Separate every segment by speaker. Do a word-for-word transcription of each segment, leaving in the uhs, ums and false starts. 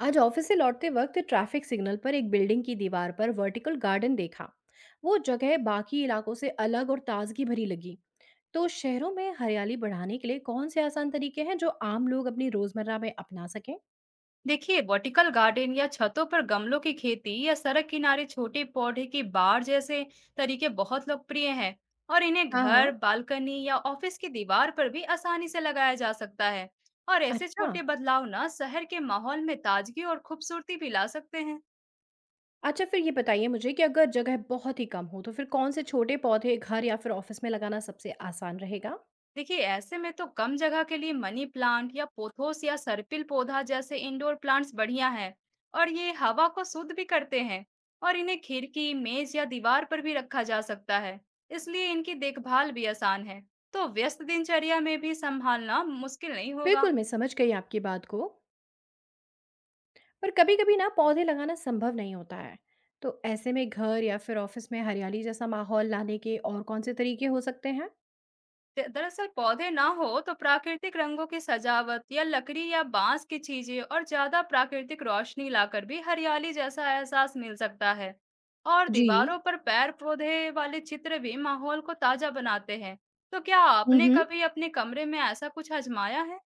Speaker 1: आज ऑफिस से लौटते वक्त ट्रैफिक सिग्नल पर एक बिल्डिंग की दीवार पर वर्टिकल गार्डन देखा। वो जगह बाकी इलाकों से अलग और ताजगी भरी लगी। तो शहरों में हरियाली बढ़ाने के लिए कौन से आसान तरीके हैं जो आम लोग अपनी रोजमर्रा में अपना सकें?
Speaker 2: देखिए, वर्टिकल गार्डन या छतों पर गमलों की खेती या सड़क किनारे छोटे पौधे की बाड़ जैसे तरीके बहुत लोकप्रिय हैं। और इन्हें
Speaker 1: हाँ हाँ।
Speaker 2: घर, बालकनी या ऑफिस की दीवार पर भी आसानी से लगाया जा सकता है। और ऐसे
Speaker 1: अच्छा।
Speaker 2: छोटे बदलाव ना शहर के माहौल में ताजगी और खूबसूरती भी ला सकते हैं।
Speaker 1: अच्छा फिर ये बताइए मुझे कि अगर जगह बहुत ही कम हो तो फिर कौन से छोटे पौधे घर या फिर ऑफिस में लगाना सबसे आसान रहेगा?
Speaker 2: देखिए, ऐसे में तो कम जगह के लिए मनी प्लांट या पोथोस या सर्पिल पौधा जैसे इंडोर प्लांट्स बढ़िया हैं। और ये हवा को शुद्ध भी करते हैं। और इन्हें खिड़की, मेज या दीवार पर भी रखा जा सकता है। इसलिए इनकी देखभाल भी आसान है। तो व्यस्त दिनचर्या में भी संभालना मुश्किल नहीं होगा।
Speaker 1: बिल्कुल मैं समझ गई आपकी बात को। पर कभी कभी ना पौधे लगाना संभव नहीं होता है। तो ऐसे में घर या फिर ऑफिस में हरियाली जैसा माहौल लाने के और कौन से तरीके हो सकते हैं?
Speaker 2: द- दरअसल, पौधे ना हो तो प्राकृतिक रंगों की सजावट या लकड़ी या बांस की चीजें और ज्यादा प्राकृतिक रोशनी लाकर भी हरियाली जैसा एहसास मिल सकता है। और
Speaker 1: जी।
Speaker 2: दीवारों पर पेड़ पौधे वाले चित्र भी माहौल को ताजा बनाते हैं। तो क्या आपने
Speaker 1: हम्म।
Speaker 2: कभी अपने कमरे में ऐसा कुछ आजमाया है?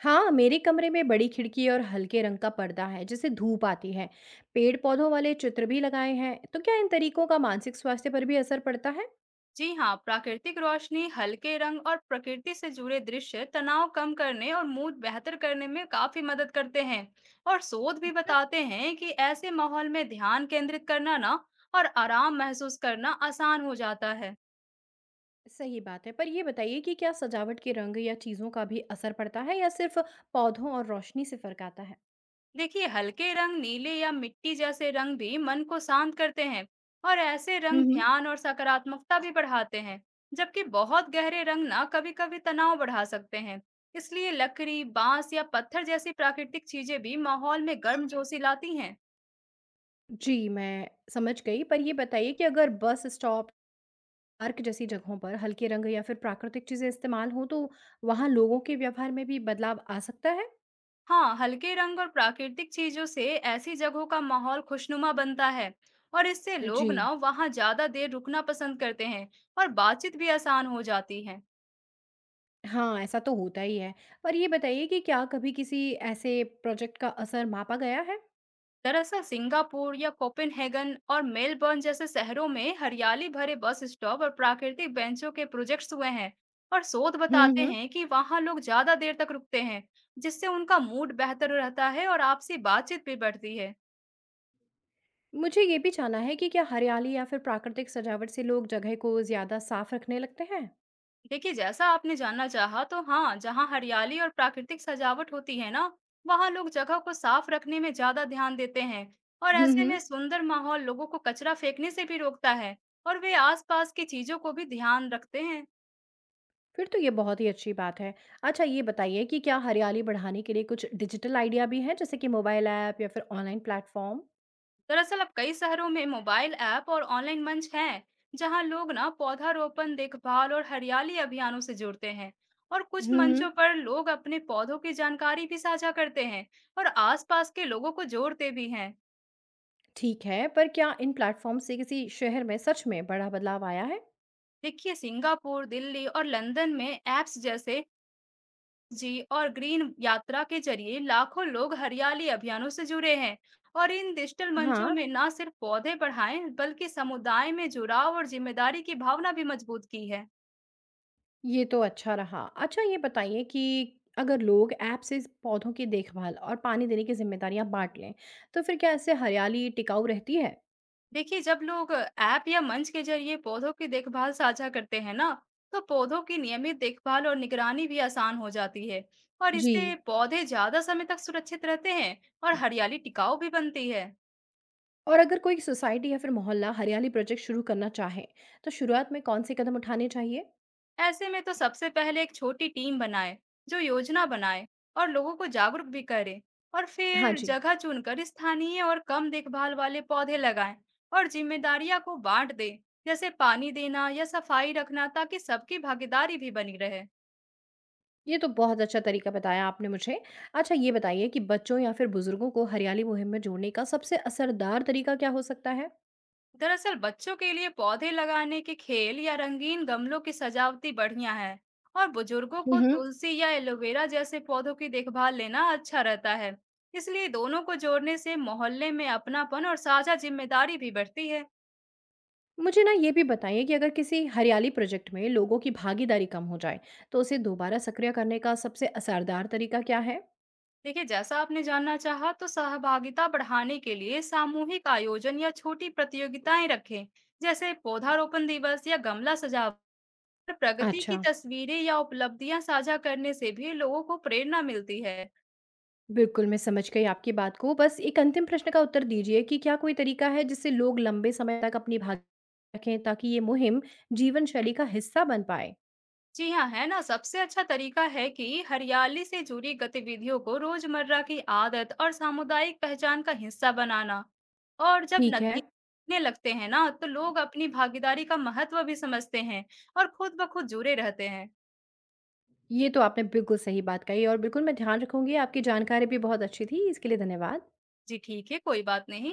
Speaker 1: हाँ, मेरे कमरे में बड़ी खिड़की और हल्के रंग का पर्दा है, जिससे धूप आती है। पेड़-पौधों वाले चित्र भी लगाए हैं। तो क्या इन तरीकों का मानसिक स्वास्थ्य पर भी असर पड़ता है?
Speaker 2: जी हाँ, प्राकृतिक रोशनी, हल्के रंग और प्रकृति से जुड़े दृश्य तनाव कम करने और मूड बेहतर करने में काफी मदद करते हैं। और शोध भी
Speaker 1: अच्छा।
Speaker 2: बताते हैं कि ऐसे माहौल में ध्यान केंद्रित करना ना और आराम महसूस करना आसान हो जाता है।
Speaker 1: सही बात है, पर ये बताइए कि क्या सजावट के रंग या चीज़ों का भी असर पड़ता है या सिर्फ पौधों और रोशनी से फर्क आता है?
Speaker 2: देखिए, हल्के रंग, नीले या मिट्टी जैसे रंग भी मन को शांत करते हैं। और ऐसे
Speaker 1: हम्म
Speaker 2: रंग
Speaker 1: हम्म।
Speaker 2: ध्यान और सकारात्मकता भी बढ़ाते हैं। जबकि बहुत गहरे रंग ना कभी कभी तनाव बढ़ा सकते हैं। इसलिए लकड़ी, बांस या पत्थर जैसी प्राकृतिक चीजें भी माहौल में गर्म जोशी लाती हैं।
Speaker 1: जी, मैं समझ गई, पर ये बताइए कि अगर बस स्टॉप, पार्क जैसी जगहों पर हल्के रंग या फिर प्राकृतिक चीज़ें इस्तेमाल हों, तो वहाँ लोगों के व्यवहार में भी बदलाव आ सकता है?
Speaker 2: हाँ, हल्के रंग और प्राकृतिक चीजों से ऐसी जगहों का माहौल खुशनुमा बनता है। और इससे
Speaker 1: जी।
Speaker 2: लोग ना वहाँ ज्यादा देर रुकना पसंद करते हैं। और बातचीत भी आसान हो जाती है।
Speaker 1: हाँ, ऐसा तो होता ही है। पर ये बताइए कि क्या कभी किसी ऐसे प्रोजेक्ट का असर मापा गया है?
Speaker 2: दरअसल सिंगापुर या कोपेनहेगन और मेलबर्न जैसे शहरों में हरियाली भरे बस स्टॉप और प्राकृतिक बेंचों के प्रोजेक्ट्स हुए हैं। और शोध
Speaker 1: हुँ,
Speaker 2: बताते
Speaker 1: हुँ।
Speaker 2: हैं कि वहां लोग ज्यादा देर तक रुकते हैं। जिससे उनका मूड बेहतर रहता है और आपसी बातचीत भी बढ़ती है।
Speaker 1: मुझे ये भी जानना है कि क्या हरियाली या फिर प्राकृतिक सजावट से लोग जगह को ज़्यादा साफ रखने लगते हैं?
Speaker 2: देखिए, जैसा आपने जानना चाहा तो हाँ, जहाँ हरियाली और प्राकृतिक सजावट होती है ना, वहाँ लोग जगह को साफ रखने में ज्यादा ध्यान देते हैं। और
Speaker 1: हुँ,
Speaker 2: ऐसे
Speaker 1: हुँ।
Speaker 2: में सुंदर माहौल लोगों को कचरा फेंकने से भी रोकता है। और वे आसपास की चीजों को भी ध्यान रखते हैं।
Speaker 1: फिर तो ये बहुत ही अच्छी बात है। अच्छा ये बताइए कि क्या हरियाली बढ़ाने के लिए कुछ डिजिटल आइडिया भी हैं जैसे कि मोबाइल ऐप या फिर ऑनलाइन प्लेटफ़ॉर्म?
Speaker 2: दरअसल अब कई शहरों में मोबाइल ऐप और ऑनलाइन मंच हैं। जहां लोग ना पौधारोपण, देखभाल और हरियाली अभियानों से जुड़ते हैं। और
Speaker 1: हुँ,
Speaker 2: कुछ
Speaker 1: हुँ।
Speaker 2: मंचों पर लोग अपने पौधों की जानकारी भी साझा करते हैं। और आसपास के लोगों को जोड़ते भी हैं।
Speaker 1: ठीक है, पर क्या इन प्लेटफ़ॉर्म से किसी शहर में सच में बड़ा बदलाव आया है?
Speaker 2: देखिए, सिंगापुर, दिल्ली और लंदन में ऐप्स जैसे जी और ग्रीन यात्रा के जरिए लाखों लोग हरियाली अभियानों से जुड़े हैं। और इन डिजिटल
Speaker 1: हाँ।
Speaker 2: मंचों में ना सिर्फ पौधे बढ़ाएं बल्कि समुदाय में जुड़ाव और जिम्मेदारी की भावना भी मजबूत की है।
Speaker 1: ये तो अच्छा रहा। अच्छा ये बताइए कि अगर लोग ऐप से पौधों की देखभाल और पानी देने की ज़िम्मेदारियाँ बाँट लें, तो फिर क्या इससे हरियाली टिकाऊ रहती है?
Speaker 2: देखिए, जब लोग ऐप या मंच के जरिए पौधों की देखभाल साझा करते हैं ना, तो पौधों की नियमित देखभाल और निगरानी भी आसान हो जाती है। और
Speaker 1: जी।
Speaker 2: इससे पौधे ज्यादा समय तक सुरक्षित रहते हैं। और हरियाली टिकाऊ भी बनती है।
Speaker 1: और अगर कोई सोसाइटी या फिर मोहल्ला हरियाली प्रोजेक्ट शुरू करना चाहे, तो शुरुआत में कौन से कदम उठाने चाहिए?
Speaker 2: ऐसे में तो सबसे पहले एक छोटी टीम बनाए, जो योजना बनाए और लोगों को जागरूक भी करे। और
Speaker 1: हाँ
Speaker 2: फिर
Speaker 1: जी।
Speaker 2: जगह चुनकर स्थानीय और कम देखभाल वाले पौधे लगाएं। और जिम्मेदारियां को बांट दे, जैसे पानी देना या सफाई रखना, ताकि सबकी भागीदारी भी बनी रहे।
Speaker 1: ये तो बहुत अच्छा तरीका बताया आपने मुझे। अच्छा ये बताइए कि बच्चों या फिर बुज़ुर्गों को हरियाली मुहिम में जोड़ने का सबसे असरदार तरीका क्या हो सकता है?
Speaker 2: दरअसल बच्चों के लिए पौधे लगाने के खेल या रंगीन गमलों की सजावटी बढ़िया है। और बुजुर्गों
Speaker 1: हुँ,
Speaker 2: को
Speaker 1: हुँ।
Speaker 2: तुलसी या एलोवेरा जैसे पौधों की देखभाल लेना अच्छा रहता है। इसलिए दोनों को जोड़ने से मोहल्ले में अपनापन और साझा जिम्मेदारी भी बढ़ती है।
Speaker 1: मुझे ना ये भी बताइए कि अगर किसी हरियाली प्रोजेक्ट में लोगों की भागीदारी कम हो जाए, तो उसे दोबारा सक्रिय करने का सबसे असरदार तरीका क्या है?
Speaker 2: देखिए, जैसा आपने जानना चाहा तो सहभागिता बढ़ाने के लिए सामूहिक आयोजन या छोटी प्रतियोगिताएं रखें, जैसे पौधारोपण दिवस या गमला सजावट। प्रगति की
Speaker 1: अच्छा।
Speaker 2: तस्वीरें या उपलब्धियां साझा करने से भी लोगों को प्रेरणा मिलती है।
Speaker 1: बिल्कुल मैं समझ गई आपकी बात को। बस एक अंतिम प्रश्न का उत्तर दीजिए कि क्या कोई तरीका है जिससे लोग लंबे समय तक अपनी भाग रखें ताकि ये मुहिम जीवन शैली का हिस्सा बन पाए?
Speaker 2: जी हाँ है ना, सबसे अच्छा तरीका है कि हरियाली से जुड़ी गतिविधियों को रोजमर्रा की आदत और सामुदायिक पहचान का हिस्सा बनाना। और जब
Speaker 1: ठीक है।
Speaker 2: नतीजे दिखने लगते हैं ना तो लोग अपनी भागीदारी का महत्व भी समझते हैं। और खुद ब खुद जुड़े रहते हैं।
Speaker 1: ये तो आपने बिल्कुल सही बात कही और बिल्कुल मैं ध्यान रखूंगी। आपकी जानकारी भी बहुत अच्छी थी, इसके लिए धन्यवाद।
Speaker 2: जी ठीक है, कोई बात नहीं।